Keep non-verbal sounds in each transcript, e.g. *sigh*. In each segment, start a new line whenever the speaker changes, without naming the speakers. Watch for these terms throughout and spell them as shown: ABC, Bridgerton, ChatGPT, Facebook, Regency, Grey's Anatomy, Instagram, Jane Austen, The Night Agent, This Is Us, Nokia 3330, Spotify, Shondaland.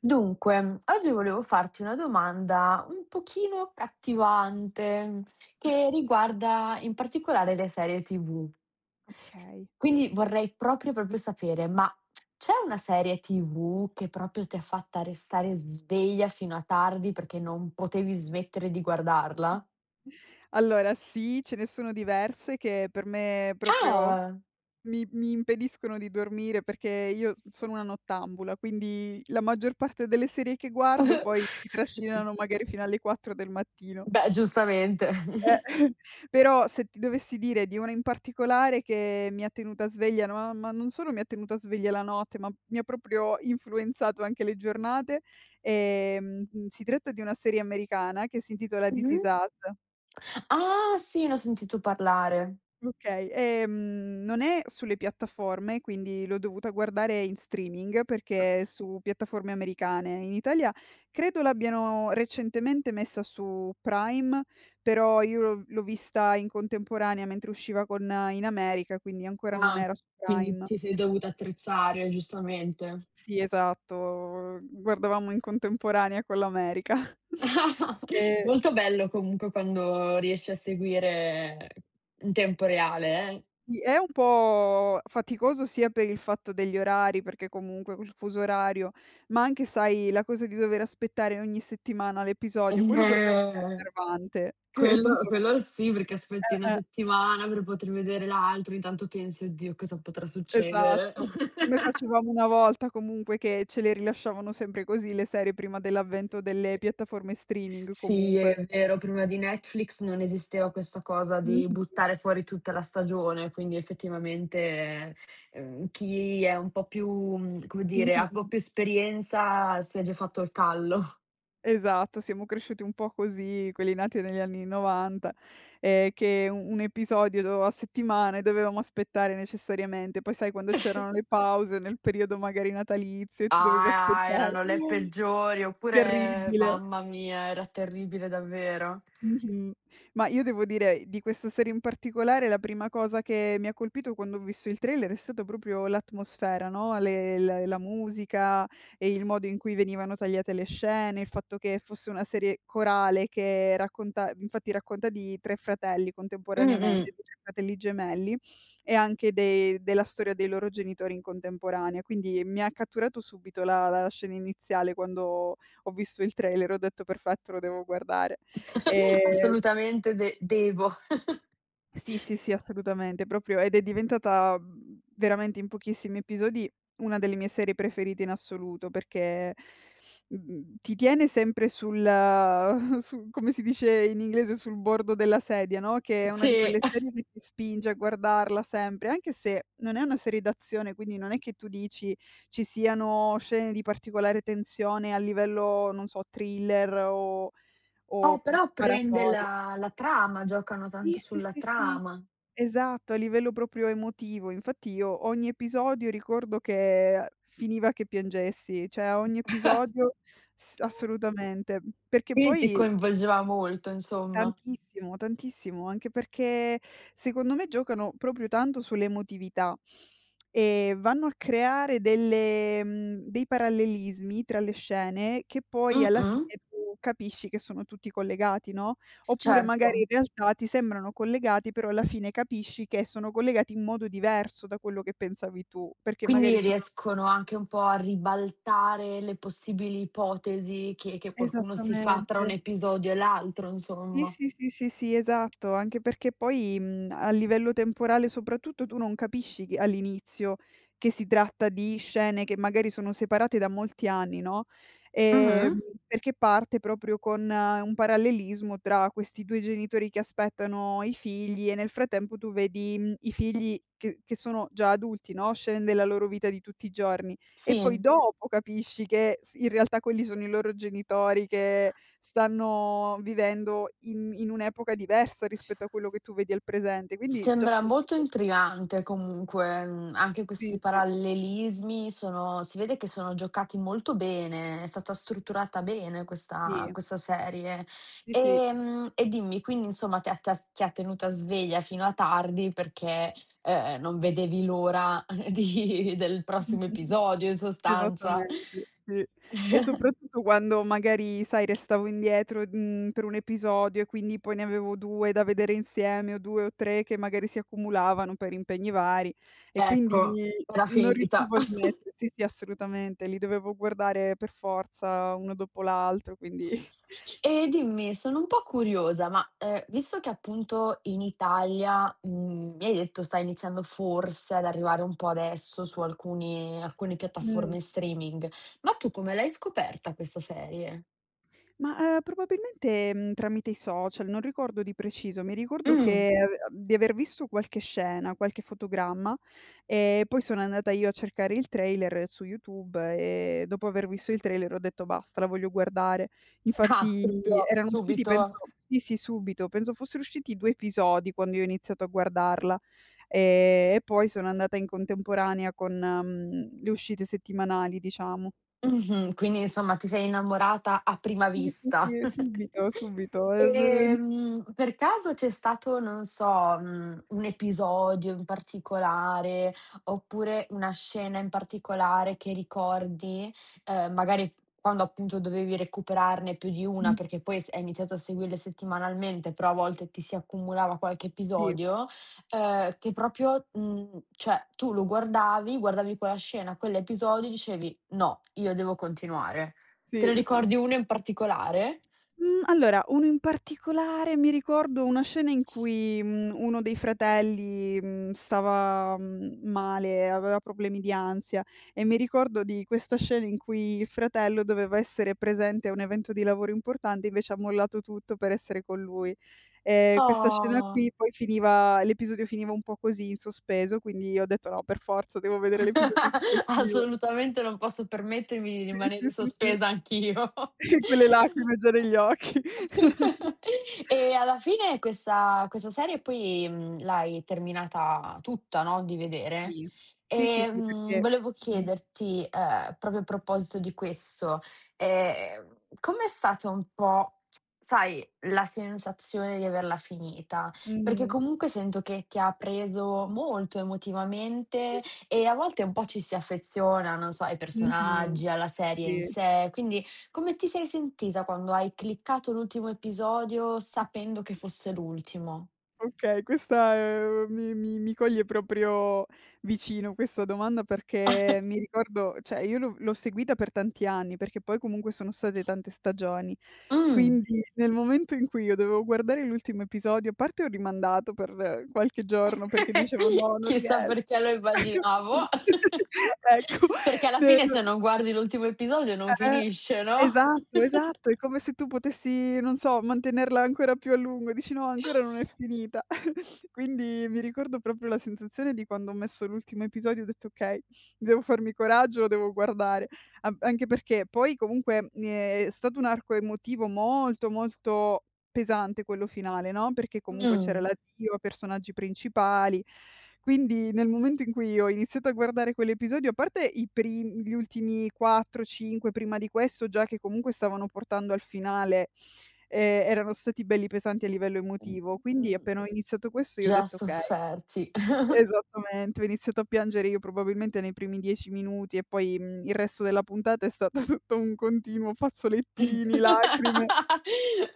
Dunque, oggi volevo farti una domanda un pochino accattivante, che riguarda in particolare le serie TV.
Okay.
Quindi vorrei proprio sapere, ma c'è una serie TV che proprio ti ha fatta restare sveglia fino a tardi perché non potevi smettere di guardarla?
Allora sì, ce ne sono diverse che per me proprio
Ah!
mi impediscono di dormire perché io s sono una nottambula, quindi la maggior parte delle serie che guardo poi mi
*laughs*
trascinano magari fino alle 4 del mattino.
Beh, giustamente.
Eh,
*laughs*
*laughs* Però se ti dovessi dire di una in particolare che mi ha tenuta sveglia, no, ma non solo mi ha tenuta sveglia la notte, ma mi ha proprio influenzato anche le giornate, si tratta di una serie americana che si intitola This Is
Mh-mh.
Us.
Ah sì, ne ho sentito parlare.
Okay, non è sulle piattaforme, quindi l'ho dovuta guardare in streaming perché su piattaforme americane. In Italia credo l'abbiano recentemente messa su Prime, però io l'ho vista in contemporanea mentre usciva con in America, quindi ancora non
Ah,
era su
quindi
Prime.
ti sei dovuta attrezzare, giustamente.
Sì, esatto, guardavamo in contemporanea con l'America. *laughs*
*laughs*
E
Molto bello comunque quando riesci a seguire in tempo reale, eh.
Sì, è un po' faticoso sia per il fatto degli orari, perché comunque col fuso orario, ma anche sai la cosa di dover aspettare ogni settimana l'episodio, quello per me è un po'
Eh,
nervante, *laughs* che non
quello
sono
quello sì, perché aspetti una
eh, eh,
settimana per poter vedere l'altro, intanto pensi: "Oddio, cosa potrà succedere?"
esatto. Come
*laughs*
facevamo una volta comunque, che ce le rilasciavano sempre così le serie prima dell'avvento delle piattaforme streaming
Sì,
comunque.
è vero, prima di Netflix non esisteva questa cosa di
Mh-mh,
buttare fuori tutta la stagione, quindi effettivamente, chi è un po' più, come dire, ha
mh-mh.
un po' più esperienza si è già fatto il callo. *laughs*
Esatto, siamo cresciuti un po' così, quelli nati negli anni '90, che u un episodio do a settimana dovevamo aspettare necessariamente. Poi sai, quando c'erano le pause nel periodo magari natalizio e tu dovevi
Ah,
aspettare.
erano le peggiori, oppure
Terribile.
mamma mia, era terribile davvero.
Mh-mh. Ma io devo dire, di questa serie in particolare, la prima cosa che mi ha colpito quando ho visto il trailer è stato proprio l'atmosfera, no, le l la musica e il modo in cui venivano tagliate le scene, il fatto che fosse una serie corale che racconta di 3 fratelli
Mh-mh.
contemporaneamente, di 3 fratelli gemelli e anche de della storia dei loro genitori in contemporanea. Quindi mi ha catturato subito la scena iniziale quando ho visto il trailer, ho detto: "Perfetto, lo devo guardare".
*laughs*
Ehm,
Assolutamente de devo. *laughs*
sì, sì, sì, assolutamente, proprio, ed è diventata, veramente in pochissimi episodi una delle mie serie preferite in assoluto, perché, ti tiene sempre sul *laughs* su, come si dice in inglese, sul bordo della sedia, no, che è una di
Sì.
quelle serie che ti spinge a guardarla sempre, anche se non è una serie d'azione, quindi non è che tu dici ci siano scene di particolare tensione a livello, non so, thriller o
Però prende
sparatorie.
la trama, giocano
Sì,
tanto
sì,
sulla
sì, sì.
trama.
Esatto, a livello proprio emotivo. Infatti io ogni episodio ricordo che finiva che piangessi, cioè a ogni episodio s assolutamente. Perché
Quindi ti
poi
coinvolgeva molto insomma.
tantissimo, tantissimo, anche perché secondo me giocano proprio tanto sull'emotività e vanno a creare delle dei parallelismi tra le scene, che poi alla
Mh-mh,
fine tu capisci che sono tutti collegati, no, oppure magari
certo.
in realtà ti sembrano collegati, però alla fine capisci che sono collegati in modo diverso da quello che pensavi tu, perché magari
Quindi
sono
riescono anche un po' a ribaltare le possibili ipotesi che qualcuno si fa tra
esattamente.
un episodio e l'altro
Sì,
insomma.
sì, sì, sì, sì, esatto, anche perché poi, a livello temporale soprattutto tu non capisci che all'inizio che si tratta di scene che magari sono separate da molti anni, no,
Mh-mh,
ehm, perché parte proprio con un parallelismo tra questi 2 genitori che aspettano i figli e nel frattempo tu vedi, i figli che sono già adulti, no, scene della loro vita di tutti i giorni, e poi
sì.
dopo capisci che s in realtà quelli sono i loro genitori che stanno vivendo in un'epoca diversa rispetto a quello che tu vedi al presente, quindi già
Sembra molto
subito.
intrigante comunque, anche
Sì,
questi
sì.
parallelismi sono si vede che sono giocati molto bene, è stata strutturata bene questa
Sì,
questa serie.
sì, sì.
E dimmi, quindi insomma ti ha tes ti ha tenuta sveglia fino a tardi perché, non vedevi l'ora *laughs* di del prossimo
*laughs*
episodio in sostanza.
Esattamente, sì. E soprattutto quando magari, sai, restavo indietro, per un episodio e quindi poi ne avevo 2 da vedere insieme, o 2 o 3 che magari si accumulavano per impegni vari, e quindi
Ecco, era
non
finita.
riuscivo a smettere. Sì, sì, assolutamente, li dovevo guardare per forza uno dopo l'altro, quindi *laughs*
E dimmi, sono un po' curiosa, ma, visto che appunto in Italia, mi hai detto sta iniziando forse ad arrivare un po' adesso su alcuni alcune
mh.
piattaforme streaming, ma tu come l'hai scoperta questa serie?
Ma, probabilmente, tramite i social, non ricordo di preciso. Mi ricordo
Mh.
che aver visto qualche scena, qualche fotogramma, e poi sono andata io a cercare il trailer su YouTube, e dopo aver visto il trailer ho detto: "Basta, la voglio guardare".
*laughs* Ah,
Infatti
proprio
erano usciti,
subito.
penso, sì, sì, subito, penso fossero usciti 2 episodi quando io ho iniziato a guardarla, e poi sono andata in contemporanea con, le uscite settimanali, diciamo.
Mh-mh. Quindi insomma ti sei innamorata a prima
Sì, sì,
vista.
sì, subito,
*laughs*
subito.
Per caso c'è stato, non so, un episodio in particolare, oppure una scena in particolare che ricordi, magari quando appunto dovevi recuperarne più di una,
Mh,
perché poi s hai iniziato a seguirle settimanalmente, però a volte ti si accumulava qualche
sì,
episodio. Che proprio, cioè tu lo guardavi, guardavi quella scena, quell'episodio e dicevi: "No, io devo continuare." Te ne
sì, sì.
ricordi uno in particolare?
Mhmm, allora, uno in particolare, mi ricordo una scena in cui, uno dei fratelli, stava, male, aveva problemi di ansia, e mi ricordo di questa scena in cui il fratello doveva essere presente a un evento di lavoro importante, invece ha mollato tutto per essere con lui. Questa scena
Oh.
qui poi finiva l'episodio finiva un po' così in sospeso, quindi ho detto: "No, per forza devo vedere
*laughs*
l'episodio successivo."
Assolutamente non posso permettermi di
Sì, sì,
rimanere
sì, sì.
sospesa anch'io.
*laughs* Quelle lacrime già negli occhi. *laughs*
*laughs* E alla fine questa serie poi, l'hai terminata tutta, no, di vedere?
Sì. Sì, sì,
E,
sì, perché
volevo
mh,
chiederti, proprio a proposito di questo, com'è stata un po', sai, la sensazione di averla finita? Perché
mh,
comunque sento che ti ha preso molto emotivamente
sì,
e a volte un po' ci si affeziona, non so, ai
mh-mh,
personaggi, alla serie
sì.
in sé, quindi come ti sei sentita quando hai cliccato l'ultimo episodio sapendo che fosse l'ultimo?
Okay, questa, mi coglie proprio vicino, questa domanda, perché mi ricordo, cioè, io l'ho seguita per tanti anni, perché poi comunque sono state tante stagioni.
Mh.
Quindi nel momento in cui io dovevo guardare l'ultimo episodio, a parte, ho rimandato per qualche giorno perché dicevo: "No,
*laughs*
non
Chissà perché
riesco".
lo immaginavo. *laughs*
*laughs* Ecco,
Perché alla
ne
fine
no,
se non guardi l'ultimo episodio non
eh,
finisce, no?
esatto, esatto,
*laughs*
è come se tu potessi, non so, mantenerla ancora più a lungo, dici: "No, ancora non è finita." *laughs* Quindi mi ricordo proprio la sensazione di quando ho messo l'ultimo episodio, ho detto: "Okay, devo farmi coraggio, lo devo guardare." A Anche perché poi comunque, è stato un arco emotivo molto, molto pesante, quello finale, no, perché comunque c'era
Mh.
l'addio a personaggi principali. Quindi nel momento in cui ho iniziato a guardare quell'episodio, a parte i prim gli ultimi 4, 5 prima di questo, già che comunque stavano portando al finale, erano stati belli pesanti a livello emotivo. Quindi
Mh.
appena ho iniziato questo io ho
Già
detto: "Okay",
sofferti.
esattamente, ho iniziato a piangere io probabilmente nei primi 10 minuti e poi, il resto della puntata è stato *laughs* tutto un continuo
*laughs*
fazzolettini, lacrime.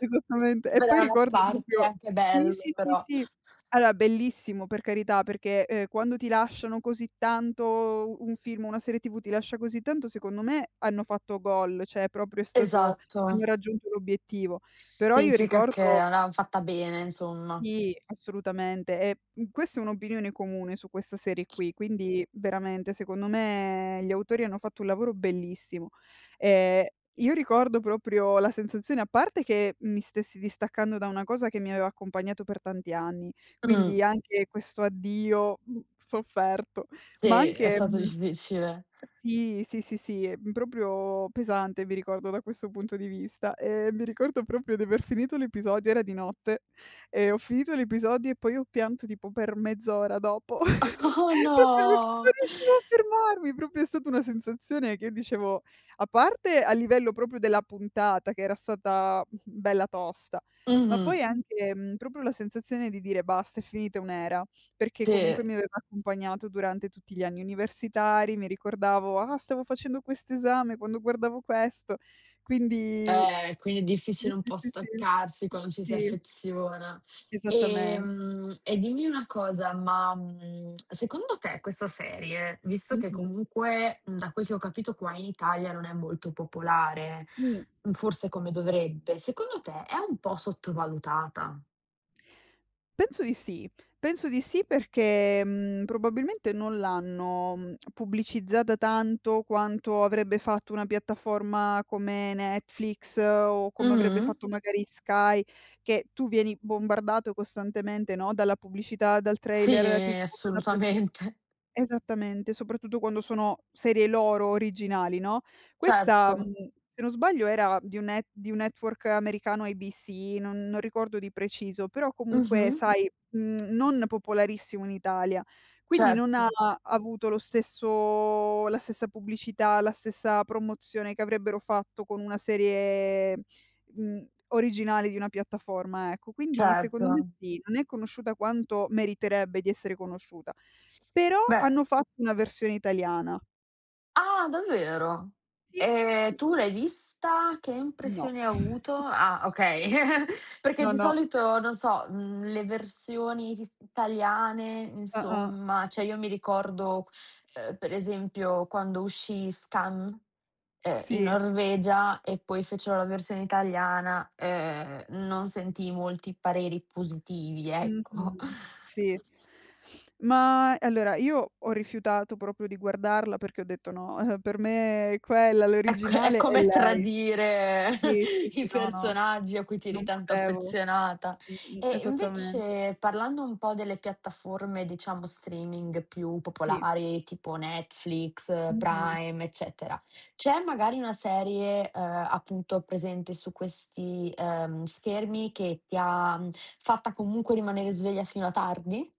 Esattamente. E
Beh,
poi
da una
ricordo
parte è
proprio
anche
sì,
bello
sì, sì,
però.
sì. Allora, bellissimo, per carità, perché, quando ti lasciano così tanto un film, una serie TV ti lascia così tanto, secondo me hanno fatto gol, cioè proprio è stato
Esatto.
hanno raggiunto l'obiettivo. Però io
Significa che
ricordo
l'han fatta bene insomma.
sì, assolutamente. E, questa è un'opinione comune su questa serie qui, quindi veramente secondo me gli autori hanno fatto un lavoro bellissimo. Ehm, io ricordo proprio la sensazione, a parte, che mi stessi distaccando da una cosa che mi aveva accompagnato per tanti anni, quindi
Mh.
anche questo addio, sofferto,
Sì,
ma
è
anche
stato
mhmm
difficile.
sì, sì, sì, sì, è, proprio pesante, mi ricordo, da questo punto di vista. Mi ricordo proprio di aver finito l'episodio, era di notte, e ho finito l'episodio e poi ho pianto tipo per mezz'ora dopo.
*laughs*
*laughs*
Oh
Proprio non, non
no!
riuscivo a fermarmi, proprio è stata una sensazione che io dicevo, a parte a livello proprio della puntata che era stata, bella tosta, ma
Mh-mh,
poi anche, proprio la sensazione di dire: "Basta, è finita un'era", perché
sì,
comunque mi aveva accompagnato durante tutti gli anni universitari, mi ricordavo: "Ah, stavo facendo quest'esame quando guardavo questo". Quindi
quindi è
sì,
difficile un
sì,
po'
sì, sì.
staccarsi quando ci si
Sì,
affeziona.
esattamente.
E dimmi una cosa, ma, secondo te questa serie, visto che
Mh-mh.
comunque, da quel che ho capito qua in Italia non è molto popolare,
Mh.
forse come dovrebbe, secondo te è un po' sottovalutata?
Penso di sì. Penso di sì perché, probabilmente non l'hanno, pubblicizzata tanto quanto avrebbe fatto una piattaforma come Netflix, o come avrebbe
Mh-mh.
fatto magari Sky, che tu vieni bombardato costantemente, no, dalla pubblicità, dal
Sì,
trailer, ti spunta dappertu
assolutamente.
esattamente, soprattutto quando sono serie loro originali, no, questa,
Certo.
se non sbaglio era di un network americano, ABC, non ricordo di preciso, però comunque
Mh-mh,
sai, non popolarissimo in Italia, quindi non
certo.
ha avuto lo stesso, la stessa pubblicità, la stessa promozione che avrebbero fatto con una serie, mhmm, originale di una piattaforma, ecco. Quindi secondo me
Certo.
sì, non è conosciuta quanto meriterebbe di essere conosciuta. Però
Beh
hanno fatto una versione italiana.
ah, davvero?
Sì.
E tu l'hai vista? Che
No.
impressioni hai avuto? Ah, okay. *laughs* Perché
No,
di
no.
solito, non so, le versioni ri italiane,
Ah-ah.
insomma, cioè io mi ricordo, per esempio quando uscì Skam, in
Sì.
Norvegia e poi fecero la versione italiana, non sentii molti pareri positivi, ecco.
Mh-mh. Sì. Ma allora io ho rifiutato proprio di guardarla perché ho detto: "No, *laughs* per me quella,
È
l'originale, è
come
lei."
tradire
Sì, sì,
*laughs*
sì,
i
no, no,
personaggi a cui ti eri
non
tanto
potevo.
affezionata.
Mh-mh,
E
esattamente.
invece parlando un po' delle piattaforme, diciamo, streaming più
Sì.
popolari, tipo Netflix,
Mh-mh.
Prime, eccetera, c'è magari una serie, appunto presente su questi, schermi che ti ha, fatta comunque rimanere sveglia fino a tardi?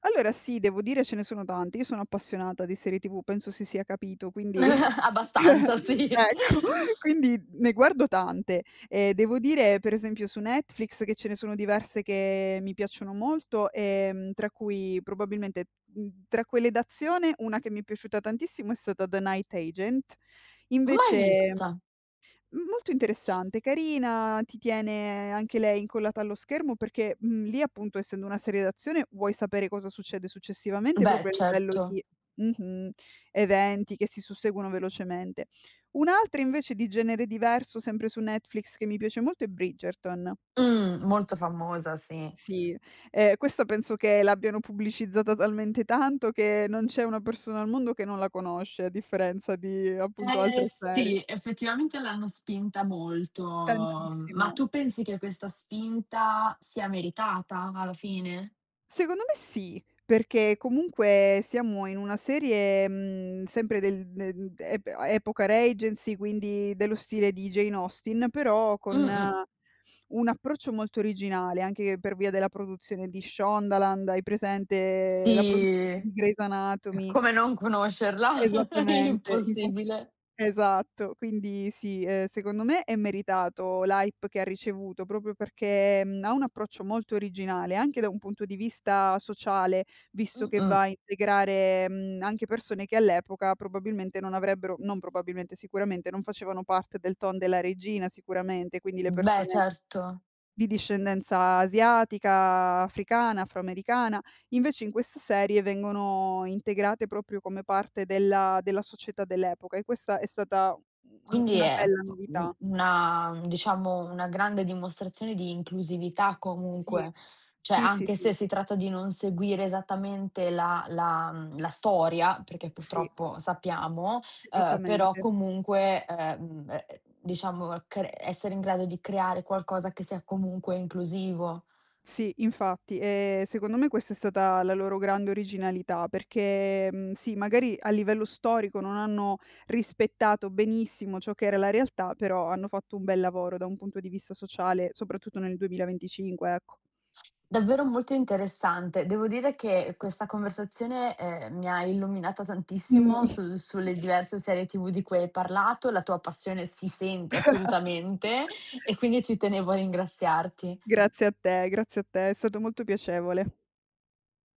Allora sì, devo dire ce ne sono tanti. Io sono appassionata di serie TV, penso si sia capito,
*laughs*
quindi *laughs*
Abbastanza, sì.
ecco, *laughs* quindi ne guardo tante. Devo dire per esempio su Netflix che ce ne sono diverse che mi piacciono molto, tra cui probabilmente, tra quelle d'azione una che mi è piaciuta tantissimo è stata The Night Agent.
Mai
Invece
vista.
M molto interessante, carina, ti tiene anche lei incollata allo schermo perché, lì appunto, essendo una serie d'azione, vuoi sapere cosa succede successivamente
Beh,
proprio a livello
certo.
di mh-mh, eventi che si susseguono velocemente. Un'altra invece di genere diverso, sempre su Netflix, che mi piace molto è Bridgerton.
Molto famosa, sì.
Sì, questa penso che l'abbiano pubblicizzata talmente tanto che non c'è una persona al mondo che non la conosce, a differenza di appunto
Eh
altre serie.
sì, effettivamente l'hanno spinta molto, ma
Tantissimo.
tu pensi che questa spinta sia meritata alla fine?
Secondo me sì, perché comunque siamo in una serie, sempre del de ep epoca Regency, quindi dello stile di Jane Austen, però con
Mh-mh.
un approccio molto originale, anche per via della produzione di Shondaland. Hai presente la produttrice
Sì.
di Grey's Anatomy?
Come non conoscerla? *laughs*
Esattamente, impossi
Impossibile.
esatto. Quindi sì, secondo me è meritato l'hype che ha ricevuto, proprio perché, ha un approccio molto originale, anche da un punto di vista sociale, visto che va
Mh-mh.
a integrare, anche persone che all'epoca probabilmente, sicuramente, non facevano parte del ton della regina, sicuramente, quindi le
Beh,
persone
certo.
di discendenza asiatica, africana, afroamericana. Invece in questa serie vengono integrate proprio come parte della società dell'epoca, e questa è stata u
Quindi
una
è
bella
u
novità.
una diciamo, una grande dimostrazione di inclusività
Sì.
comunque, cioè
Sì, sì,
anche
sì.
se si tratta di non seguire esattamente la la storia, perché
Sì,
purtroppo sappiamo, però
esattamente.
comunque, diciamo cre essere in grado di creare qualcosa che sia comunque inclusivo.
Sì, infatti, secondo me questa è stata la loro grande originalità, perché, sì, magari a livello storico non hanno rispettato benissimo ciò che era la realtà, però hanno fatto un bel lavoro da un punto di vista sociale, soprattutto nel 2025, ecco.
Davvero molto interessante. Devo dire che questa conversazione, mi ha illuminata tantissimo
Mh.
su sulle diverse serie TV di cui hai parlato, la tua passione si sente
*laughs*
assolutamente e quindi ci tenevo a ringraziarti.
Grazie a te, è stato molto piacevole.